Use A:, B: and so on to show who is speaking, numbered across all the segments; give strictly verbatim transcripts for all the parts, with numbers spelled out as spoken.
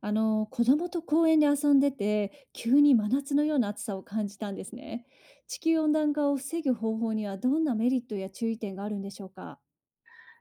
A: あの子供と公園で遊んでて急に真夏のような暑さを感じたんですね。地球温暖化を防ぐ方法にはどんなメリットや注意点があるんでしょうか。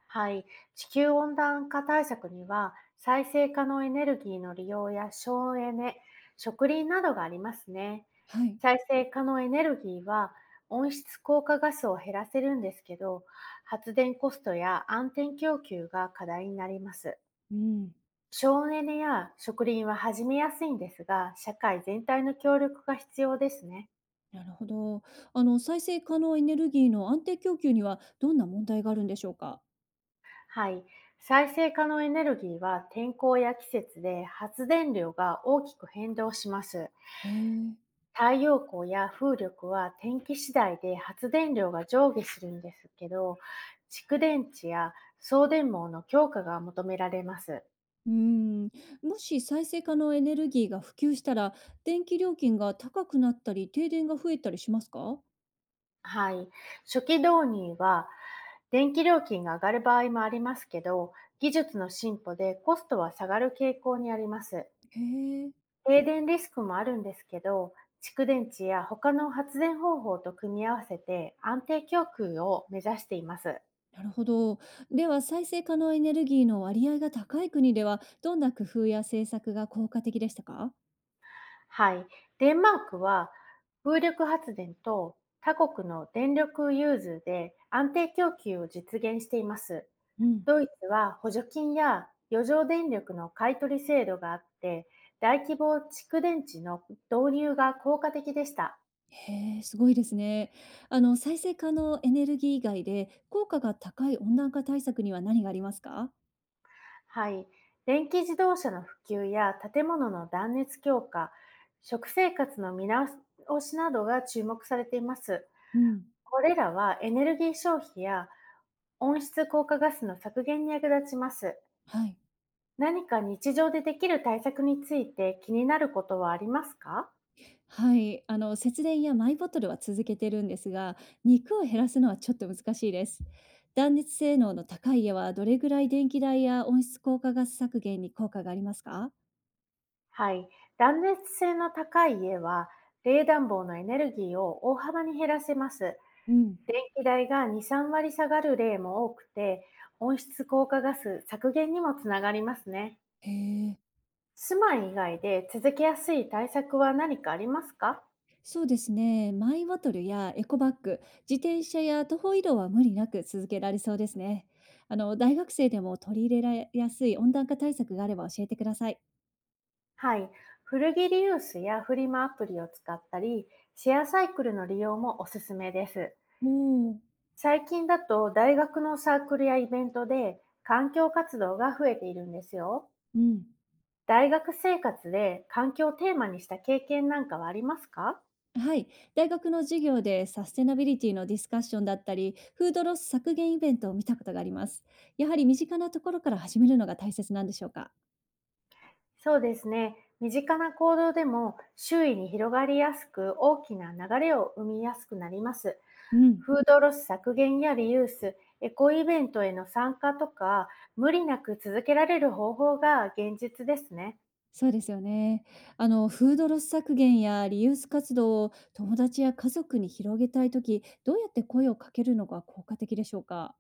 B: はい、地球温暖化対策には再生可能エネルギーの利用や省エネ、植林などがありますね。
A: はい、
B: 再生可能エネルギーは温室効果ガスを減らせるんですけど、発電コストや安定供給が課題になります。
A: うん、
B: 省エネや植林は始めやすいんですが、社会全体の協力が必要ですね。
A: なるほど。あの再生可能エネルギーの安定供給にはどんな問題があるんでしょうか。
B: はい。再生可能エネルギーは天候や季節で発電量が大きく変動します。
A: へえ。
B: 太陽光や風力は天気次第で発電量が上下するんですけど、蓄電池や送電網の強化が求められます。
A: うーん、もし再生可能エネルギーが普及したら電気料金が高くなったり停電が増えたりしますか。
B: はい。初期導入は電気料金が上がる場合もありますけど、技術の進歩でコストは下がる傾向にあります。
A: へえ。
B: 停電リスクもあるんですけど、蓄電池や他の発電方法と組み合わせて安定供給を目指しています。
A: なるほど。では、再生可能エネルギーの割合が高い国では、どんな工夫や政策が効果的でしたか？
B: はい。デンマークは風力発電と他国の電力融通で安定供給を実現しています。
A: うん、
B: ドイツは補助金や余剰電力の買取制度があって、大規模蓄電池の導入が効果的でした。
A: へえ、すごいですね。あの、再生可能エネルギー以外で、効果が高い温暖化対策には何がありますか？
B: はい。電気自動車の普及や建物の断熱強化、食生活の見直しなどが注目されています。
A: うん、
B: これらはエネルギー消費や温室効果ガスの削減に役立ちます。
A: はい。
B: 何か日常でできる対策について気になることはありますか？
A: はい。あの、節電やマイボトルは続けてるんですが、肉を減らすのはちょっと難しいです。断熱性能の高い家は、どれぐらい電気代や温室効果ガス削減に効果がありますか？
B: はい。断熱性の高い家は冷暖房のエネルギーを大幅に減らせます。
A: うん。
B: 電気代がに、さん割下がる例も多くて、温室効果ガス削減にもつながりますね。
A: へえ。
B: 住まい以外で続けやすい対策は何かありますか？
A: そうですね。マイボトルやエコバッグ、自転車や徒歩移動は無理なく続けられそうですね。あの、大学生でも取り入れやすい温暖化対策があれば教えてください。
B: はい。古着リユースやフリマアプリを使ったり、シェアサイクルの利用もおすすめです。
A: おお。
B: 最近だと大学のサークルやイベントで環境活動が増えているんですよ。
A: うん。
B: 大学生活で環境をテーマにした経験なんかはありますか？
A: はい。大学の授業でサステナビリティのディスカッションだったり、フードロス削減イベントを見たことがあります。やはり身近なところから始めるのが大切なんでしょうか。
B: そうですね。身近な行動でも周囲に広がりやすく大きな流れを生みやすくなります。
A: うん。
B: フードロス削減やリユース、エコイベントへの参加とか、無理なく続けられる方法が現実ですね。
A: そうですよね。あの、フードロス削減やリユース活動を友達や家族に広げたいとき、どうやって声をかけるのが効果的でしょうか？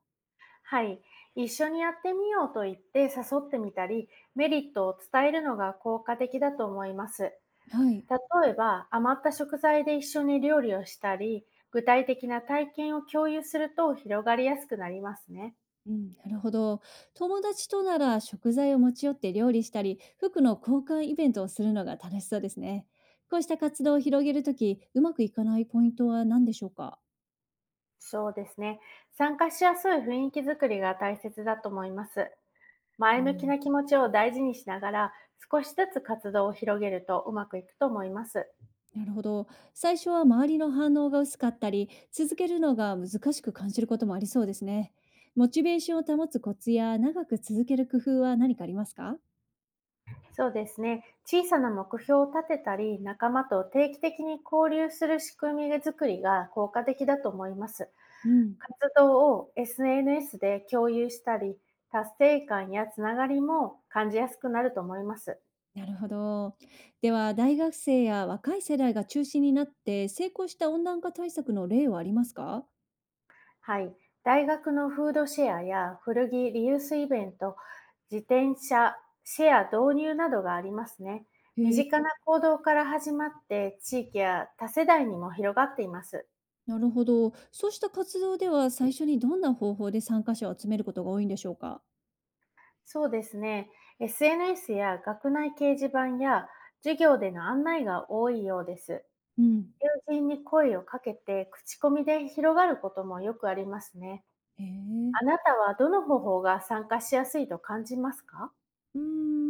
B: はい。一緒にやってみようと言って誘ってみたり、メリットを伝えるのが効果的だと思います。
A: はい。
B: 例えば、余った食材で一緒に料理をしたり、具体的な体験を共有すると広がりやすくなりますね。
A: うん、なるほど。友達となら食材を持ち寄って料理したり、服の交換イベントをするのが楽しそうですね。こうした活動を広げるとき、うまくいかないポイントは何でしょうか、
B: そうですね。参加しやすい雰囲気づくりが大切だと思います。
A: う
B: 前向き
A: ん、
B: な気持ちを大事にしながら、少しずつ活動を広げるとうまくいくと思います。
A: なるほど。最初は周りの反応が薄かったり、続けるのが難しく感じることもありそうですね。モチベーションを保つコツや長く続ける工夫は何かありますか？
B: そうですね。小さな目標を立てたり、仲間と定期的に交流する仕組みづくりが効果的だと思います。
A: うん、
B: 活動を エスエヌエス で共有したり、達成感やつながりも感じやすくなると思います。
A: なるほど。では、大学生や若い世代が中心になって成功した温暖化対策の例はありますか？
B: はい、大学のフードシェアや古着リユースイベント、自転車シェア導入などがありますね。身近な行動から始まって地域や多世代にも広がっています。
A: なるほど。そうした活動では最初にどんな方法で参加者を集めることが多いんでしょうか？
B: そうですね。エスエヌエス や学内掲示板や授業での案内が多いようです。
A: うん、
B: 友人に声をかけて口コミで広がることもよくありますね。
A: へえ、
B: あなたはどの方法が参加しやすいと感じますか？
A: うー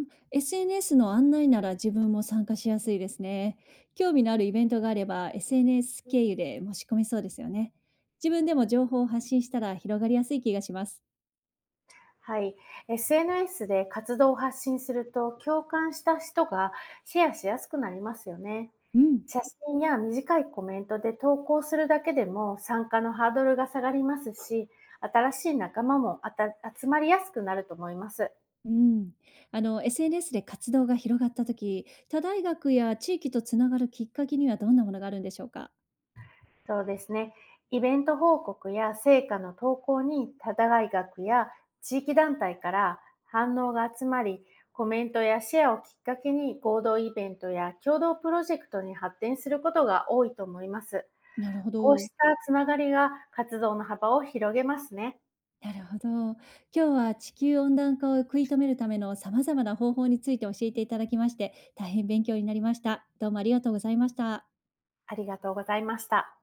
A: ん、エスエヌエス の案内なら自分も参加しやすいですね。興味のあるイベントがあれば エスエヌエス 経由で申し込めそうですよね。自分でも情報を発信したら広がりやすい気がします。
B: はい、エスエヌエス で活動を発信すると共感した人がシェアしやすくなりますよね。
A: うん。
B: 写真や短いコメントで投稿するだけでも参加のハードルが下がりますし、新しい仲間もあた集まりやすくなると思います。
A: うん。あの、エスエヌエス で活動が広がったとき、他大学や地域とつながるきっかけにはどんなものがあるんでしょうか？
B: そうですね。イベント報告や成果の投稿に、多大学や地域団体から反応が集まり、コメントやシェアをきっかけに合同イベントや共同プロジェクトに発展することが多いと思います。
A: なるほ
B: こう
A: ど。
B: したつながりが活動の幅を広げますね。
A: なるほど。今日は地球温暖化を食い止めるための様々な方法について教えていただきまして、大変勉強になりました。どうもありがとうございました。
B: ありがとうございました。